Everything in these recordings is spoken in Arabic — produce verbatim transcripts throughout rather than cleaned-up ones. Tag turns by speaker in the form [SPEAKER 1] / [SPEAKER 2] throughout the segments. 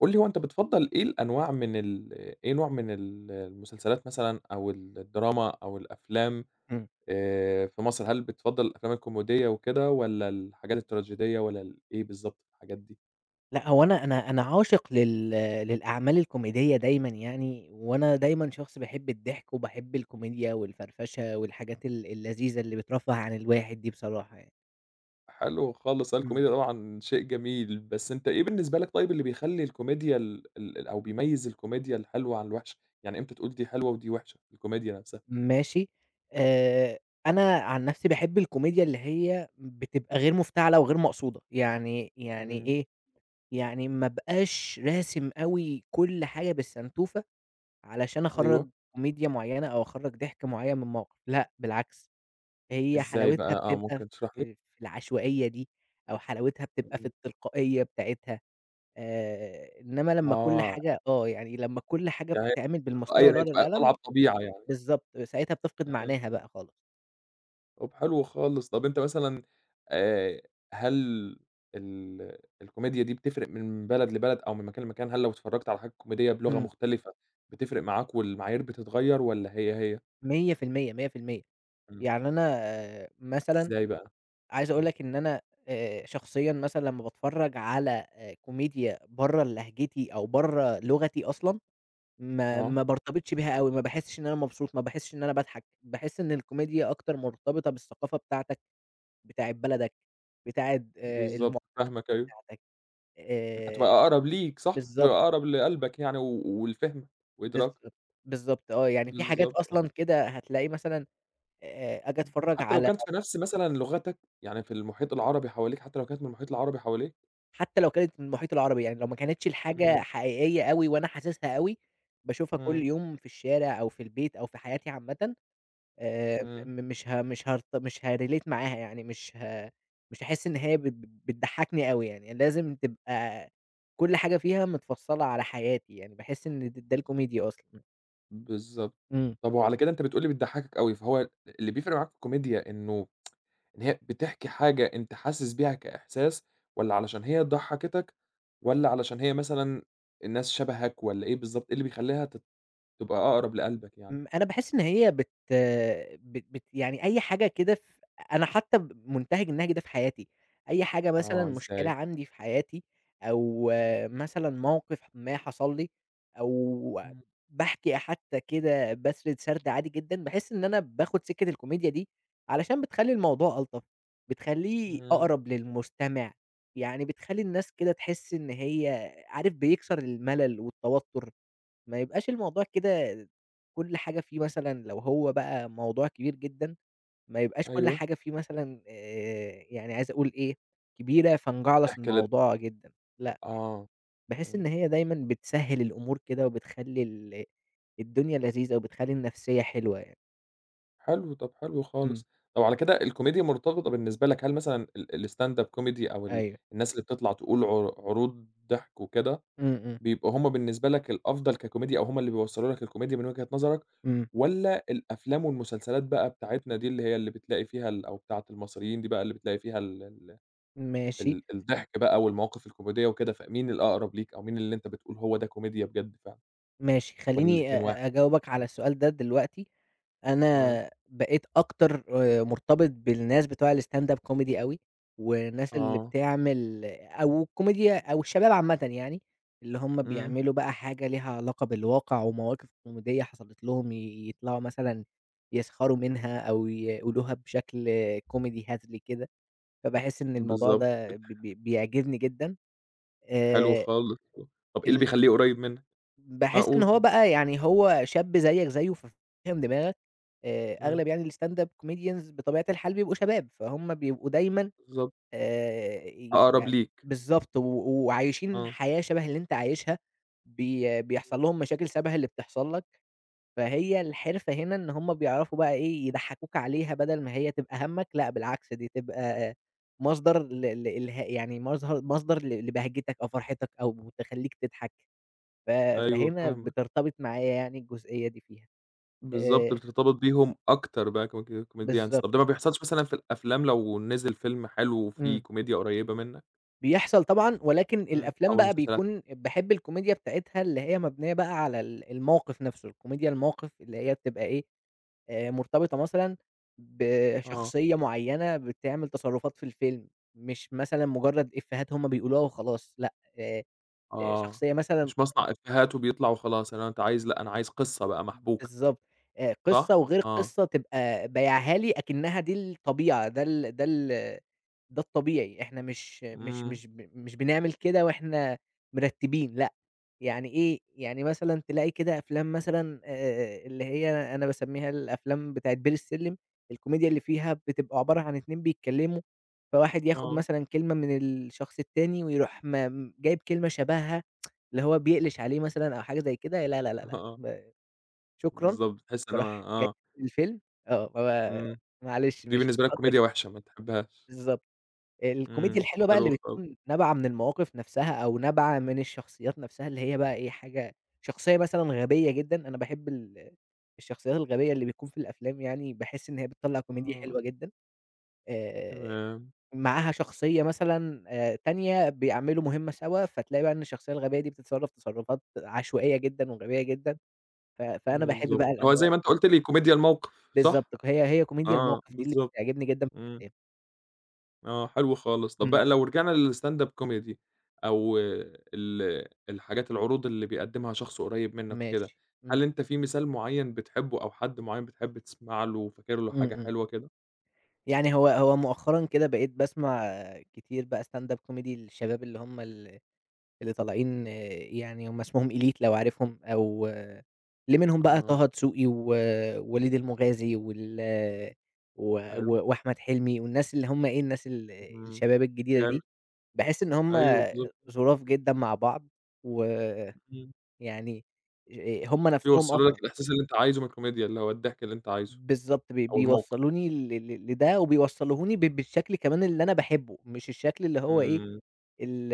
[SPEAKER 1] قُل لي هو أنت بتفضّل إيه الأنواع من ال إيه نوع من ال المسلسلات مثلًا أو الدراما أو الأفلام
[SPEAKER 2] إمم.
[SPEAKER 1] آآ في مصر؟ هل بتفضّل الأفلام الكوميدية وكده والّا الحاجات التراجيدية والّا ال إيه بالضبط في الحاجات دي؟
[SPEAKER 2] لأ، هو أنا أنا أنا عاشق لل للأعمال الكوميدية دايمًا يعني، وأنا دايمًا شخص باحب الضحك وباحب الكوميديا والفرفشة والحاجات ال اللذيذة اللي بترفّه عن الواحد دي بصراحة يعني.
[SPEAKER 1] حلو خالص، آه
[SPEAKER 2] إمم.
[SPEAKER 1] الكوميديا طبعًا شيء جميل، بس أنت إيه بالنسبة لك طيب اللي بيخلّي الكوميديا ال ال أو بيميّز الكوميديا الحلوة عن الوحشة؟ يعني إمتى تقول دي حلوة ودي وحشة في الكوميديا نفسها؟
[SPEAKER 2] ماشي. آآ أنا عن نَفْسي باحب الكوميديا اللي هي بتبقى غير مفتعلة وغير مقصودة، يعني يعني
[SPEAKER 1] إمم،
[SPEAKER 2] إيه، يعني ما ابقاش راسم أوي كل حاجة بالسنتوفة علشان
[SPEAKER 1] أيوه،
[SPEAKER 2] أخرّج كوميديا معيّنة أو أخرّج ضحك معيّن من موقف، لأ بالعكس. هي
[SPEAKER 1] إزاي
[SPEAKER 2] حلاوتها
[SPEAKER 1] بقى؟ آه،
[SPEAKER 2] بتبقى
[SPEAKER 1] ممكن تشرح لي؟
[SPEAKER 2] في في العشوائية دي، أو حلاوتها بتبقى في
[SPEAKER 1] إمم،
[SPEAKER 2] التلقائية بتاعتها. آآ، إنما لمّا كل
[SPEAKER 1] آه،
[SPEAKER 2] حاجة آه، يعني لمّا كل حاجة
[SPEAKER 1] يعني هي
[SPEAKER 2] بتتعمل بالمسطرة
[SPEAKER 1] تلقائيًا هي
[SPEAKER 2] والورقة
[SPEAKER 1] تبقى طالعة
[SPEAKER 2] والقلم.
[SPEAKER 1] بطبيعة يعني.
[SPEAKER 2] بالضبط، ساعتها بتفقد
[SPEAKER 1] إمم.
[SPEAKER 2] معناها بقى خالص.
[SPEAKER 1] طب حلو خالص. طب أنت مثلًا آآ هل ال الكوميديا دي بتفرق من بلد لبلد أو من مكان لمكان؟ هل لو اتفرّجت على حاجة كوميدية بلغة
[SPEAKER 2] إمم،
[SPEAKER 1] مختلفة بتفرق معاك والمعايير بتتغيّر والّا هي، هي؟
[SPEAKER 2] مية في المية، مية بالمية.
[SPEAKER 1] إمم.
[SPEAKER 2] يعني أنا آه، مثلًا
[SPEAKER 1] إزاي بقى؟
[SPEAKER 2] عايز أقول
[SPEAKER 1] إمم.
[SPEAKER 2] لك إن أنا آآ، شخصيًا مثلًا لمّا باتفرّج على آآ، كوميديا برّه لهجتي أو برّه لغتي أصلًا ما
[SPEAKER 1] آه،
[SPEAKER 2] ما بارتبطش بيها أوي، ما باحسّش إن أنا مبسوط، ما باحسّش إن أنا باضحك، باحس إن الكوميديا أكتر مرتبطة بالثقافة بتاعتك، بتاعة بلدك، بتاعة آآ
[SPEAKER 1] بالضبط،
[SPEAKER 2] المعتقد
[SPEAKER 1] فاهمك أيوه.
[SPEAKER 2] بتاعتك.
[SPEAKER 1] هتبقى
[SPEAKER 2] آآ
[SPEAKER 1] أقرب ليك صح؟ هتبقى
[SPEAKER 2] بالضبط،
[SPEAKER 1] أقرب لقلبك يعني و ولفهمك وإدراكك.
[SPEAKER 2] بالضبط، بالضبط آه. يعني في حاجات
[SPEAKER 1] بالضبط آه.
[SPEAKER 2] أصلًا كده هتلاقي مثلًا آآ آجي أتفرّج
[SPEAKER 1] حتى لو
[SPEAKER 2] على
[SPEAKER 1] كانت في نفس مثلًا لغتك، يعني في المحيط العربي حواليك، حتى لو كانت من المحيط العربي حواليك؟
[SPEAKER 2] حتى لو كانت من المحيط العربي، يعني لو ما كانتش الحاجة
[SPEAKER 1] إمم،
[SPEAKER 2] حقيقية أوي وأنا حاسسها أوي، باشوفها كل
[SPEAKER 1] إمم،
[SPEAKER 2] يوم في الشارع أو في البيت أو في حياتي عامةً. آآ
[SPEAKER 1] إمم.
[SPEAKER 2] م مش ه مش هارت مش هاريليت معاها يعني مش ه مش هاحس إن هي بت بتضحّكني أوي يعني، لازم تبقى كل حاجة فيها متفصّلة على حياتي يعني، باحس إن د ده الكوميديا أصلًا.
[SPEAKER 1] بالضبط.
[SPEAKER 2] إمم.
[SPEAKER 1] طب وعلى كده أنت بتقول لي بتضحّكك أوي، فهو اللي بيفرق معاك في الكوميديا إنه إن هي بتحكي حاجة أنت حاسس بيها كإحساس والّا علشان هي ضحّكتك والّا علشان هي مثلًا الناس شبهك والّا إيه بالضبط، إيه اللي بيخلّيها ت تبقى أقرب لقلبك يعني؟
[SPEAKER 2] إمم، أنا باحس إن هي بت بت بت يعني أي حاجة كده ف أنا حتى ب مُنتهج النهج ده في حياتي. أي حاجة مثلًا
[SPEAKER 1] آه،
[SPEAKER 2] مشكلة
[SPEAKER 1] إزاي؟
[SPEAKER 2] عندي في حياتي أو آه، مثلًا موقف ما حصل لي أو
[SPEAKER 1] إمم،
[SPEAKER 2] باحكي حتى كده باسرد سرد عادي جدًا، باحس إن أنا باخد سكة الكوميديا دي علشان بتخلّي الموضوع ألطف، بتخلّيه
[SPEAKER 1] إمم،
[SPEAKER 2] أقرب للمستمع، يعني بتخلّي الناس كده تحس إن هي عارف بيكسر الملل والتوتر. ما يبقاش الموضوع كده كل حاجة فيه مثلًا لو هو بقى موضوع كبير جدًا، ما يبقاش كل
[SPEAKER 1] أيوه،
[SPEAKER 2] حاجة فيه مثلًا آآ يعني عايز أقول إيه، كبيرة فنجعلص
[SPEAKER 1] تحكي لل
[SPEAKER 2] الموضوع جدًا. لأ،
[SPEAKER 1] آه،
[SPEAKER 2] باحس إن
[SPEAKER 1] إمم،
[SPEAKER 2] هي دايمًا بتسهِّل الأمور كده وبتخلّي ال الدنيا لذيذة وبتخلّي النفسية حلوة يعني.
[SPEAKER 1] حلو، طب حلو
[SPEAKER 2] إمم.
[SPEAKER 1] خالص. طب على كده الكوميديا مرتبطة بالنسبة لك، هل مثلًا ال الstand up comedy أو ال
[SPEAKER 2] أيوه.
[SPEAKER 1] الناس اللي بتطلع تقول عر عروض ضحك وكده
[SPEAKER 2] إمم، إمم،
[SPEAKER 1] بيبقوا هم بالنسبة لك الأفضل ككوميديا أو هم اللي بيوصّلوا لك الكوميديا من وجهة نظرك،
[SPEAKER 2] إمم.
[SPEAKER 1] والّا الأفلام والمسلسلات بقى بتاعتنا دي اللي هي اللي بتلاقي فيها ال أو بتاعة المصريين دي بقى اللي بتلاقي فيها ال ال
[SPEAKER 2] ماشي.
[SPEAKER 1] ال الضحك بقى والمواقف الكوميدية وكده، فمين الأقرب ليك أو مين اللي أنت بتقول هو ده كوميديا بجد فعلًا
[SPEAKER 2] ماشي.
[SPEAKER 1] والّا
[SPEAKER 2] خلّيني
[SPEAKER 1] الاتنين واحد؟
[SPEAKER 2] أ أ أجاوبك على السؤال ده دلوقتي.
[SPEAKER 1] آه،
[SPEAKER 2] أنا بقيت أكتر آآ مرتبط بالناس بتوع الstand up comedy أوي، والناس اللي
[SPEAKER 1] آه،
[SPEAKER 2] بتعمل أو الكوميديا أو الشباب عامةً يعني، اللي هم
[SPEAKER 1] إمم،
[SPEAKER 2] بيعملوا بقى حاجة ليها علاقة بالواقع ومواقف كوميدية حصلت لهم، ي يطلعوا مثلًا يسخروا منها أو يقولوها بشكل كوميدي هزلي كده، فباحس إن الموضوع
[SPEAKER 1] بالضبط
[SPEAKER 2] ده
[SPEAKER 1] بت
[SPEAKER 2] ب ب بيعجبني جدًا.
[SPEAKER 1] حلو
[SPEAKER 2] آآ
[SPEAKER 1] خالص، طب إيه اللي
[SPEAKER 2] ال
[SPEAKER 1] بيخلّيه قريب منك؟
[SPEAKER 2] باحس إن
[SPEAKER 1] اقول آه قُل،
[SPEAKER 2] هو
[SPEAKER 1] آه،
[SPEAKER 2] بقى يعني هو شاب زيّك زيّه ففاهم دماغك. آآ
[SPEAKER 1] إمم،
[SPEAKER 2] أغلب يعني الstand up comedians بطبيعة الحال بيبقوا شباب، فهُم بيبقوا دايمًا
[SPEAKER 1] بالضبط،
[SPEAKER 2] آآ
[SPEAKER 1] أقرب
[SPEAKER 2] يعني
[SPEAKER 1] ليك،
[SPEAKER 2] بالضبط، و وعايشين
[SPEAKER 1] آه،
[SPEAKER 2] حياة شبه اللي أنت عايشها، بي
[SPEAKER 1] إمم،
[SPEAKER 2] بيحصل لهم مشاكل شبه اللي بتحصل لك، فهي الحرفة هنا إن هُم بيعرفوا بقى إيه، يضحّكوك عليها بدل ما هي تبقى هَمّك، لأ بالعكس دي تبقى مصدر ل لإلها يعني مظهر مصدر ل لبهجتك أو فرحتك أو تخلّيك تضحك. ف
[SPEAKER 1] أيوه
[SPEAKER 2] فهنا
[SPEAKER 1] فاهمك.
[SPEAKER 2] بترتبط معايا يعني الجزئية دي فيها.
[SPEAKER 1] بالضبط،
[SPEAKER 2] آآ
[SPEAKER 1] بترتبط بيهم أكتر بقى كم ك كcomedians.
[SPEAKER 2] بالضبط.
[SPEAKER 1] طب ده ما بيحصلش مثلًا في الأفلام لو نزل فيلم حلو وفيه
[SPEAKER 2] إمم.
[SPEAKER 1] كوميديا قريبة منك،
[SPEAKER 2] بيحصل طبعًا، ولكن
[SPEAKER 1] إمم.
[SPEAKER 2] الأفلام
[SPEAKER 1] أو
[SPEAKER 2] بقى
[SPEAKER 1] المسلسلات؟
[SPEAKER 2] بيكون باحب الكوميديا بتاعتها اللي هي مبنية بقى على ال الموقف نفسه، الكوميديا الموقف اللي هي بتبقى إيه، آآ مرتبطة مثلًا
[SPEAKER 1] آه،
[SPEAKER 2] بشخصية معيّنة بتعمل تصرفات في الفيلم، مش مثلًا مجرد إفيهات هم بيقولوها وخلاص. لأ، آآ
[SPEAKER 1] آه،
[SPEAKER 2] شخصية مثلًا
[SPEAKER 1] مش مصنع إفيهات وبيطلع وخلاص، إنما أنت عايز لأ، أنا عايز قصة بقى محبوكة،
[SPEAKER 2] بالضبط. آآ
[SPEAKER 1] صح؟
[SPEAKER 2] قصة وغير
[SPEAKER 1] آه،
[SPEAKER 2] قصة تبقى بايعها لي أكنها دي الطبيعة، ده ال ده ال ده الطبيعي، إحنا مش مش
[SPEAKER 1] إمم،
[SPEAKER 2] مش ب مش بنعمل كده وإحنا مرتّبين لأ. يعني إيه، يعني مثلًا تلاقي كده أفلام مثلًا آآ اللي هي أنا باسميها الأفلام بتاعة بير السلِّم، الكوميديا اللي فيها بتبقى عبارة عن اتنين بيتكلّموا، فواحد ياخد
[SPEAKER 1] آه،
[SPEAKER 2] مثلًا كلمة من الشخص التاني ويروح م جايب كلمة شبهها، اللي هو بيقلش عليه مثلًا أو حاجة زي كده. لا، لا، لا، لأ،
[SPEAKER 1] آه،
[SPEAKER 2] ب شكرًا.
[SPEAKER 1] بالضبط، تحس إن هو
[SPEAKER 2] فراح جاي
[SPEAKER 1] آه،
[SPEAKER 2] قافل الفيلم، آه، ما
[SPEAKER 1] إمم،
[SPEAKER 2] معلش
[SPEAKER 1] دي
[SPEAKER 2] مش
[SPEAKER 1] بالنسبة لك
[SPEAKER 2] هاقدر
[SPEAKER 1] كوميديا
[SPEAKER 2] أكمّل.
[SPEAKER 1] وحشة ما تحبهاش،
[SPEAKER 2] بالضبط.
[SPEAKER 1] إمم،
[SPEAKER 2] الكوميديا
[SPEAKER 1] طب
[SPEAKER 2] الحلوة بقى اللي
[SPEAKER 1] حلو خالص،
[SPEAKER 2] بتكون نابعة من المواقف نفسها أو نابعة من الشخصيات نفسها اللي هي بقى إيه، حاجة شخصية مثلًا غبية جدًا، أنا باحب ال الشخصيات الغبية اللي بتكون في الأفلام يعني، باحس إن هي بتطلّع كوميديا
[SPEAKER 1] آه،
[SPEAKER 2] حلوة جدًا. آآ،
[SPEAKER 1] تمام،
[SPEAKER 2] معاها شخصية مثلًا آآ، تانية بيعملوا مهمة سوا، فتلاقي بقى إن الشخصية الغبية دي بتتصرّف تصرّفات عشوائية جدًا وغبية جدًا، ف فأنا باحب
[SPEAKER 1] بالضبط،
[SPEAKER 2] بقى
[SPEAKER 1] اللي هو
[SPEAKER 2] الأنواع.
[SPEAKER 1] زي ما أنت قُلت لي كوميديا الموقف،
[SPEAKER 2] بالضبط،
[SPEAKER 1] صح؟
[SPEAKER 2] هي هي كوميديا
[SPEAKER 1] آه،
[SPEAKER 2] الموقف دي اللي
[SPEAKER 1] بالضبط.
[SPEAKER 2] بتعجبني جدًا في
[SPEAKER 1] إمم.
[SPEAKER 2] الأفلام.
[SPEAKER 1] آه، حلو خالص. طب
[SPEAKER 2] إمم.
[SPEAKER 1] بقى لو رجعنا للstand up comedy أو ال الحاجات العروض اللي بيقدّمها شخص قريب منّك وكده،
[SPEAKER 2] ماشي، إمم،
[SPEAKER 1] هل أنت في مثال معيّن بتحبّه أو حد معيّن بتحب تسمع له وفاكر له
[SPEAKER 2] إمم،
[SPEAKER 1] حاجة
[SPEAKER 2] إمم.
[SPEAKER 1] حلوة كده؟
[SPEAKER 2] يعني هو هو مؤخرًا كده بقيت باسمع كتير بقى stand up comedy للشباب اللي هم ال اللي طالعين. يعني هم اسمهم elite لو عارفهم، أو اللي منهم بقى
[SPEAKER 1] آه،
[SPEAKER 2] طه دسوقي ووليد المغازي وال و
[SPEAKER 1] حلو،
[SPEAKER 2] و وأحمد حلمي والناس اللي هم إيه، الناس ال
[SPEAKER 1] إمم،
[SPEAKER 2] الشباب الجديدة
[SPEAKER 1] جامد،
[SPEAKER 2] دي. باحس إن هم
[SPEAKER 1] أيوه بالضبط،
[SPEAKER 2] ظراف جدًا مع بعض، ويعني
[SPEAKER 1] إمم،
[SPEAKER 2] ج هم نفسهم
[SPEAKER 1] بيوصّلوا
[SPEAKER 2] أصلًا
[SPEAKER 1] لك الإحساس اللي أنت عايزه من الكوميديا، اللي هو الضحك اللي أنت عايزه
[SPEAKER 2] بالضبط، بي
[SPEAKER 1] أو الموقف،
[SPEAKER 2] بيوصّلوني ل ل لده وبيوصّلوهوني ب بالشكل كمان اللي أنا باحبه، مش الشكل اللي هو إيه،
[SPEAKER 1] إمم،
[SPEAKER 2] ال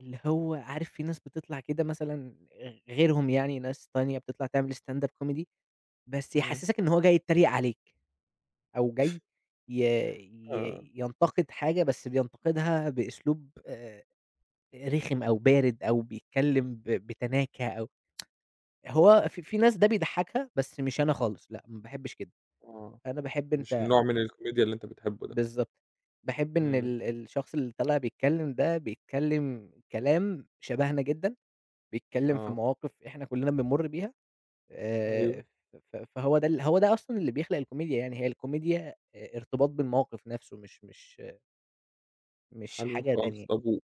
[SPEAKER 2] اللي هو عارف في ناس بتطلع كده مثلًا غ غيرهم يعني ناس تانية بتطلع تعمل stand up comedy بس
[SPEAKER 1] إمم،
[SPEAKER 2] يحسّسك إن هو جاي يتريق عليك أو جاي ي
[SPEAKER 1] آه،
[SPEAKER 2] ي ينتقد حاجة بس بينتقدها بأسلوب آآ رخم أو بارد أو بيتكلّم ب بتناكة أو هو في في ناس ده بيضحّكها بس مش أنا خالص لأ، ما باحبّش كده.
[SPEAKER 1] آه،
[SPEAKER 2] أنا باحب
[SPEAKER 1] مش
[SPEAKER 2] أنت
[SPEAKER 1] النوع من الكوميديا اللي أنت بتحبّه ده،
[SPEAKER 2] بالضبط. باحب إن
[SPEAKER 1] إمم،
[SPEAKER 2] ال الشخص اللي طالع بيتكلّم ده، بيتكلّم كلام شبهنا جدًا، بيتكلّم في
[SPEAKER 1] آه،
[SPEAKER 2] مواقف إحنا كُلّنا بنمُر بيها.
[SPEAKER 1] أيوه،
[SPEAKER 2] آآ، ف فهو ده ال هو ده أصلًا اللي بيخلق الكوميديا يعني، هي الكوميديا آآ ارتباط بالموقف نَفْسه مش مش مش
[SPEAKER 1] حلو
[SPEAKER 2] حاجة
[SPEAKER 1] خالص.
[SPEAKER 2] تانية.
[SPEAKER 1] طب و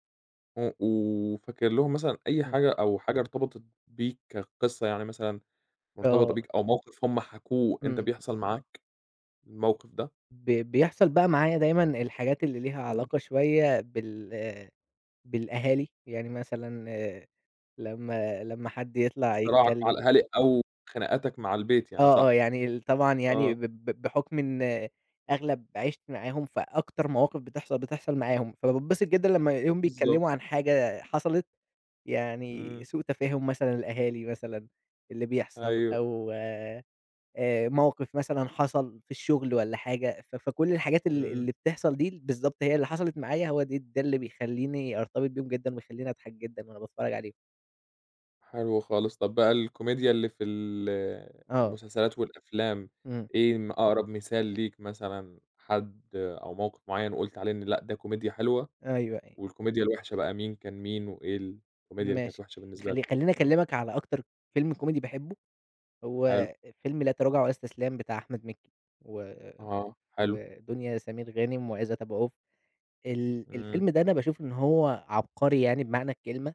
[SPEAKER 1] و وفاكر لهم مثلًا أي
[SPEAKER 2] إمم.
[SPEAKER 1] حاجة أو حاجة ارتبطت بيك كقصة، يعني مثلًا مرتبطة
[SPEAKER 2] آه.
[SPEAKER 1] بيك أو موقف هم حكوه أنت
[SPEAKER 2] إمم.
[SPEAKER 1] بيحصل معاك الموقف ده؟
[SPEAKER 2] ب بيحصل بقى معايا دايمًا الحاجات اللي ليها
[SPEAKER 1] إمم.
[SPEAKER 2] علاقة شوية بال آه، بالأهالي، يعني مثلًا آه، لمّا لمّا حد يطلع
[SPEAKER 1] صراعك مع
[SPEAKER 2] يتكلّم.
[SPEAKER 1] الأهالي أو خناقاتك مع البيت يعني
[SPEAKER 2] آه، آه،
[SPEAKER 1] صح؟
[SPEAKER 2] يعني ال طبعًا يعني
[SPEAKER 1] آه،
[SPEAKER 2] ب ب بحُكم إن أغلب عِشت معاهم، فأكتر مواقف بتحصل، بتحصل معاهم، فباتبسط جدًا لمّا ألاقيهم
[SPEAKER 1] بالضبط.
[SPEAKER 2] بيتكلّموا عن حاجة حصلت، يعني
[SPEAKER 1] إمم.
[SPEAKER 2] سوء تفاهم مثلًا الأهالي مثلًا اللي بيحصل
[SPEAKER 1] أيوه.
[SPEAKER 2] أو آآ موقِف مثلًا حصل في الشُغل والّا حاجة، ف فكل الحاجات ال
[SPEAKER 1] إمم.
[SPEAKER 2] اللي بتحصل دي بالضبط هي اللي حصلت معايا، هو دي ده اللي بيخلّيني أرتبط بيهم جدًا ويخلّيني أضحك جدًا وأنا باتفرّج عليهم.
[SPEAKER 1] حلو خالص. طب بقى الكوميديا اللي في ال
[SPEAKER 2] آه،
[SPEAKER 1] المسلسلات والأفلام،
[SPEAKER 2] إمم،
[SPEAKER 1] إيه م أقرب مثال ليك مثلًا حد أو موقف معيّن وقُلت عليه إن لأ، ده كوميديا حلوة؟
[SPEAKER 2] أيوه، أيوه.
[SPEAKER 1] والكوميديا الوحشة بقى مين كان مين، وإيه الكوميديا اللي كانت
[SPEAKER 2] ماشي.
[SPEAKER 1] وحشة بالنسبة لك؟
[SPEAKER 2] خلّي خلّيني
[SPEAKER 1] آه،
[SPEAKER 2] أكلّمك على أكتر فيلم كوميدي باحبه،
[SPEAKER 1] حلو،
[SPEAKER 2] هو فيلم لا تراجع ولا استسلام بتاع أحمد مكي و
[SPEAKER 1] آه، حلو،
[SPEAKER 2] ودنيا سمير غانم وعزت أبو عوف. ال
[SPEAKER 1] إمم،
[SPEAKER 2] الفيلم ده أنا باشوف إن هو عبقري يعني بمعنى الكلمة.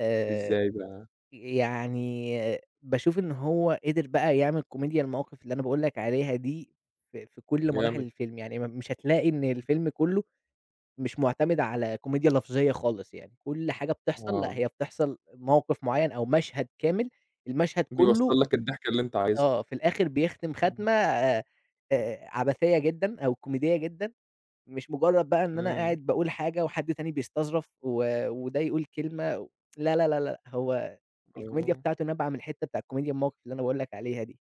[SPEAKER 2] آآ
[SPEAKER 1] إزاي بقى؟
[SPEAKER 2] يعني باشوف إن هو قدر بقى يعمل كوميديا المواقف اللي أنا باقول لك عليها دي في في كل مراحل
[SPEAKER 1] جامد،
[SPEAKER 2] الفيلم، يعني م مش هتلاقي إن الفيلم كُلّه مش مُعتمد على كوميديا لفظية خالص يعني، كل حاجة بتحصل. لأ،
[SPEAKER 1] آه،
[SPEAKER 2] هي بتحصل موقف معيّن أو مشهد كامل، المشهد كلّه
[SPEAKER 1] بيوصّل لك الضحكة اللي أنت عايزها،
[SPEAKER 2] آه، في الآخر بيختم
[SPEAKER 1] إمم،
[SPEAKER 2] خاتمة آآ عبثية جدًا أو كوميدية جدًا، مش مجرّد بقى إن أنا
[SPEAKER 1] إمم،
[SPEAKER 2] قاعد باقول حاجة وحد تاني بيستظرف و وده يقول كلمة و لا، لا، لا، لأ، هو الكوميديا
[SPEAKER 1] آه،
[SPEAKER 2] بتاعته نابعة من الحتّة بتاع الكوميديا الموقف اللي أنا باقول لك عليها دي.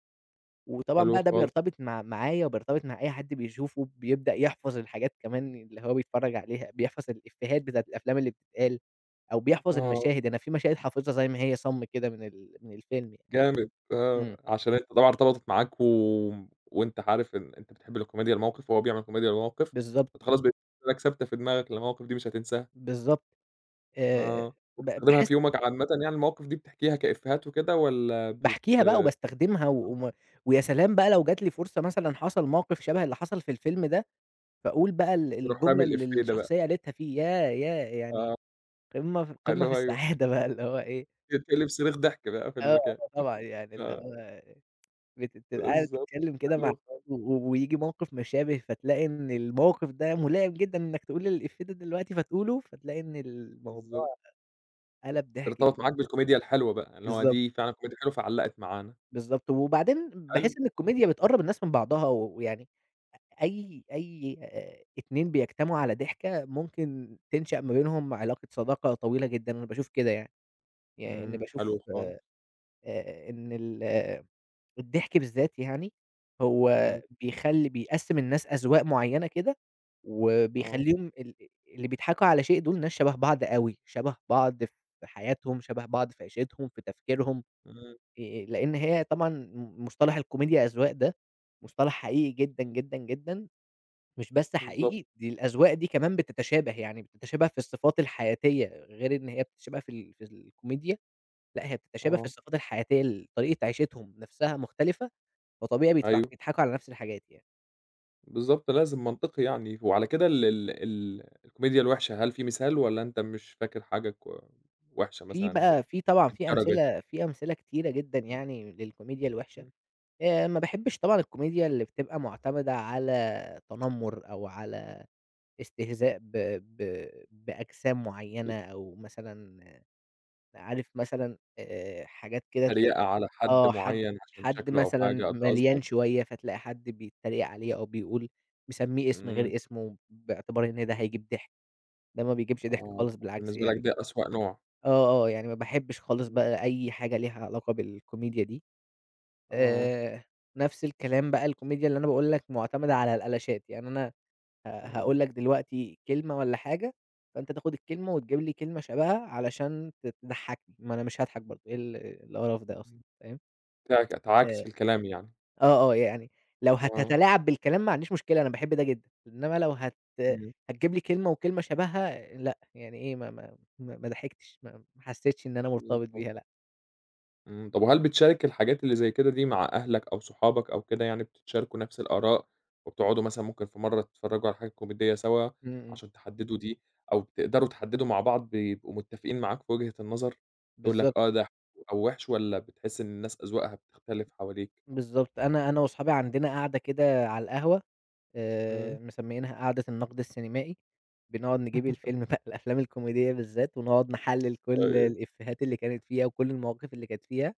[SPEAKER 2] وطبعًا
[SPEAKER 1] حلو
[SPEAKER 2] بقى ده
[SPEAKER 1] خالص،
[SPEAKER 2] بيرتبط مع معايا وبيرتبط مع أي حد بيشوفه، بيبدأ يحفظ الحاجات كمان اللي هو بيتفرّج عليها، بيحفظ الإفيهات بتاعة الأفلام اللي بتتقال، أو بيحفظ
[SPEAKER 1] آه،
[SPEAKER 2] المشاهد، أنا في مشاهد حافظها زي ما هي صَم كده من ال من الفيلم يعني.
[SPEAKER 1] جامد،
[SPEAKER 2] إمم،
[SPEAKER 1] آه، عشان أنت طبعًا ارتبطت معاك و وأنت عارف إن أنت بتحب الكوميديا الموقِف وهو بيعمل كوميديا الموقِف،
[SPEAKER 2] بالضبط،
[SPEAKER 1] فأنت خلاص بقت لك ثابتة في دماغك المواقف دي مش هتنساها،
[SPEAKER 2] بالضبط. آآ
[SPEAKER 1] آه،
[SPEAKER 2] ب
[SPEAKER 1] وبتستخدمها
[SPEAKER 2] باحس
[SPEAKER 1] في يومك عامةً يعني المواقف دي بتحكيها كإفيهات وكده والّا بت
[SPEAKER 2] باحكيها بقى وباستخدمها و وم ويا سلام بقى لو جات لي فرصة مثلًا حصل موقف شبه اللي حصل في الفيلم ده، فأقول بقى ال
[SPEAKER 1] بتروح رامي
[SPEAKER 2] الجملة اللي
[SPEAKER 1] الإفيه ده بقى؟
[SPEAKER 2] الشخصية قالتها فيه، ياه! ياه! يعني
[SPEAKER 1] آه،
[SPEAKER 2] قمة في قمة في
[SPEAKER 1] حلو أيوه،
[SPEAKER 2] السعادة بقى اللي هو إيه،
[SPEAKER 1] تتقلب صريخ ضحك بقى في
[SPEAKER 2] آه،
[SPEAKER 1] المكان،
[SPEAKER 2] آه طبعًا. يعني اللي
[SPEAKER 1] آه،
[SPEAKER 2] هو بت بتبقى قاعد
[SPEAKER 1] بالضبط،
[SPEAKER 2] تتكلّم كده مع
[SPEAKER 1] حلو خالص،
[SPEAKER 2] و و وييجي موقِف مشابه، فتلاقي إن الموقِف ده ملائم جدًا إنّك تقول الإفيه ده دلوقتي فتقوله، فتلاقي إن
[SPEAKER 1] بالضبط،
[SPEAKER 2] الموضوع قَلَب ضحك
[SPEAKER 1] ارتبط
[SPEAKER 2] كده.
[SPEAKER 1] معاك بالكوميديا الحلوة بقى، اللي هو
[SPEAKER 2] بالضبط،
[SPEAKER 1] دي فعلًا كوميديا حلوة فعلّقت معانا،
[SPEAKER 2] بالضبط. وبعدين
[SPEAKER 1] حلو،
[SPEAKER 2] باحس إن
[SPEAKER 1] آه،
[SPEAKER 2] الكوميديا بتقرّب الناس من بعضها، و ويعني أي أي آآ اتنين بيجتمعوا على ضحكة ممكن تنشأ ما بينهم علاقة صداقة طويلة جدًا، أنا باشوف كده يعني. يعني
[SPEAKER 1] إمم، حلو
[SPEAKER 2] باشوف
[SPEAKER 1] خالص،
[SPEAKER 2] آآ إن ال الضحك بالذات يعني، هو
[SPEAKER 1] إمم،
[SPEAKER 2] بيخلّي بيقسّم الناس أذواق معيّنة كده،
[SPEAKER 1] آه،
[SPEAKER 2] وبيخلّيهم ال اللي بيضحكوا على شيء دول ناس شبه بعض أوي، شبه بعض في حياتهم، شبه بعض في عيشتهم، في تفكيرهم،
[SPEAKER 1] إمم،
[SPEAKER 2] آآ، لإن هي طبعًا م مصطلح الكوميديا أذواق ده، مصطلح حقيقي جدًا، جدًا، جدًا، مش بس
[SPEAKER 1] بالضبط،
[SPEAKER 2] حقيقي دي الأذواق دي كمان بتتشابه، يعني بتتشابه في الصفات الحياتية، غير إن هي بتتشابه في ال في الكوميديا، لأ هي بتتشابه في
[SPEAKER 1] آه،
[SPEAKER 2] الصفات الحياتية ال طريقة عيشتهم نفسها مختلفة، فطبيعي بيتف
[SPEAKER 1] أيوه،
[SPEAKER 2] بيضحكوا على نفس الحاجات يعني.
[SPEAKER 1] بالضبط، لازم منطقي يعني، وعلى كده ال ال ال الكوميديا الوحشة هل في مثال والّا أنت مش فاكر حاجة كو وحشة
[SPEAKER 2] في
[SPEAKER 1] مثلًا بال
[SPEAKER 2] بقى في طبعًا في
[SPEAKER 1] بالدرجة دي؟
[SPEAKER 2] أمثلة في أمثلة كتيرة جدًا
[SPEAKER 1] إمم،
[SPEAKER 2] يعني للكوميديا الوحشة.
[SPEAKER 1] إمم،
[SPEAKER 2] آآ ما باحبش طبعًا الكوميديا اللي بتبقى مُعتمدة على تنمُّر أو على استهزاء ب ب بأجسام
[SPEAKER 1] ب
[SPEAKER 2] معيّنة أو مثلًا آه، عارف مثلًا آآ حاجات كده تلاقي
[SPEAKER 1] تريقة على حد
[SPEAKER 2] آه، حد
[SPEAKER 1] معيّن عشان
[SPEAKER 2] حد
[SPEAKER 1] شكله أو حاجة،
[SPEAKER 2] مثلًا
[SPEAKER 1] ده
[SPEAKER 2] مليان
[SPEAKER 1] قصدك؟
[SPEAKER 2] شوية، فتلاقي حد بيتريق عليه أو بيقول مسمّيه اسم
[SPEAKER 1] إمم.
[SPEAKER 2] غير اسمه باعتبار إن ده هيجيب ضحك، ده ما بيجيبش ضحك
[SPEAKER 1] آه،
[SPEAKER 2] خالص بالعكس
[SPEAKER 1] بالنسبة لك
[SPEAKER 2] يعني.
[SPEAKER 1] ده أسوأ نوع.
[SPEAKER 2] آه، آه، يعني ما باحبش خالص
[SPEAKER 1] إمم.
[SPEAKER 2] بقى أي حاجة ليها علاقة بالكوميديا دي.
[SPEAKER 1] آه،
[SPEAKER 2] آآ، نفس الكلام بقى الكوميديا اللي أنا باقول لك معتمدة على الألاشات، يعني أنا ه هاقول
[SPEAKER 1] آه.
[SPEAKER 2] لك دلوقتي كلمة والّا حاجة، فأنت تاخد الكلمة وتجيب لي كلمة شبهها علشان ت تضحّكني، ما أنا مش هاضحك برضه، إيه ال القرف ده أصلًا،
[SPEAKER 1] إمم.
[SPEAKER 2] فاهم؟
[SPEAKER 1] تعك تعاكس في
[SPEAKER 2] آآ،
[SPEAKER 1] الكلام يعني.
[SPEAKER 2] آه، آه، يعني لو
[SPEAKER 1] آه،
[SPEAKER 2] هتتلاعب بالكلام ما عنديش مشكلة، أنا باحب ده جدًا، إنما لو هت
[SPEAKER 1] إمم،
[SPEAKER 2] هتجيب لي كلمة وكلمة شبهها لأ، يعني إيه ما ما ما ما ضحكتش، ما ما حسيتش إن أنا مرتبط
[SPEAKER 1] بالضبط.
[SPEAKER 2] بيها لأ.
[SPEAKER 1] إمم، طب وهل بتشارك الحاجات اللي زي كده دي مع أهلك أو صحابك أو كده يعني بتتشاركوا نفس الآراء، وبتقعدوا مثلًا ممكن في مرة تتفرجوا على حاجة كوميدية سوا
[SPEAKER 2] إمم، إمم.
[SPEAKER 1] عشان تحددوا دي، أو بتقدروا تحددوا مع بعض بيبقوا متفقين معاك في وجهة النظر، يقول
[SPEAKER 2] بالضبط،
[SPEAKER 1] لك آه ده حلو أو وحش والّا بتحس إن الناس أذواقها بتختلف حواليك؟
[SPEAKER 2] بالضبط. أنا أنا وأصحابي عندنا قعدة كده على القهوة،
[SPEAKER 1] إمم،
[SPEAKER 2] آآ، مسميينها قعدة النقد السينمائي، بنقعد نجيب الفيلم بقى الأفلام الكوميدية بالذات، ونقعد نحلل كل
[SPEAKER 1] أيوه،
[SPEAKER 2] الإفيهات اللي كانت فيها، وكل المواقف اللي كانت فيها،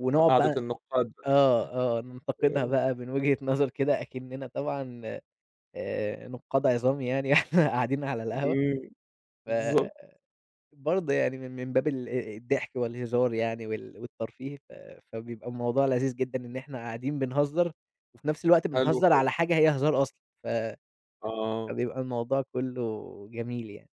[SPEAKER 2] ونقعد
[SPEAKER 1] قعدة
[SPEAKER 2] بقى
[SPEAKER 1] النقاد.
[SPEAKER 2] آه، آه، ننتقدها
[SPEAKER 1] آه،
[SPEAKER 2] بقى من وجهة نظر كده أكننا طبعًا آآ، نقاد عظام يعني، وإحنا قاعدين على القهوة
[SPEAKER 1] إمم،
[SPEAKER 2] ف
[SPEAKER 1] بالضبط.
[SPEAKER 2] برضه يعني من من باب ال الضحك والهزار يعني وال والترفيه، ف فبيبقى الموضوع لذيذ جدًا إن إحنا قاعدين بنهزر، وفي نفس الوقت
[SPEAKER 1] حلو
[SPEAKER 2] بنهزر
[SPEAKER 1] خالص،
[SPEAKER 2] على حاجة هي هزار أصلًا، ف
[SPEAKER 1] آه،
[SPEAKER 2] فبيبقى الموضوع كله جميل يعني.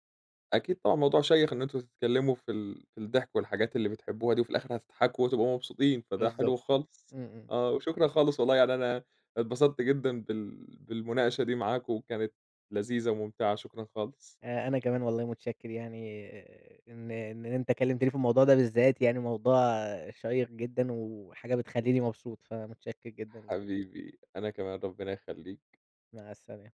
[SPEAKER 1] أكيد طبعًا موضوع شيّق إن أنتم تتكلّموا في ال في الضحك والحاجات اللي بتحبوها دي، وفي الآخر هتضحكوا وتبقوا مبسوطين، فده حلو
[SPEAKER 2] بالضبط.
[SPEAKER 1] خالص،
[SPEAKER 2] إمم، إمم.
[SPEAKER 1] آه، وشكرًا خالص والله يعني أنا اتبسطت جدًا بال بالمناقشة دي معاك، وكانت لذيذة وممتعة، شكرًا خالص.
[SPEAKER 2] آآ أنا كمان والله متشكر يعني آه، إن إن أنت كلمتني في الموضوع ده بالذات، يعني موضوع شيّق جدًا وحاجة بتخلّيني مبسوط، فمتشكر جدًا ليك.
[SPEAKER 1] حبيبي، أنا كمان ربنا يخلّيك.
[SPEAKER 2] مع السلامة.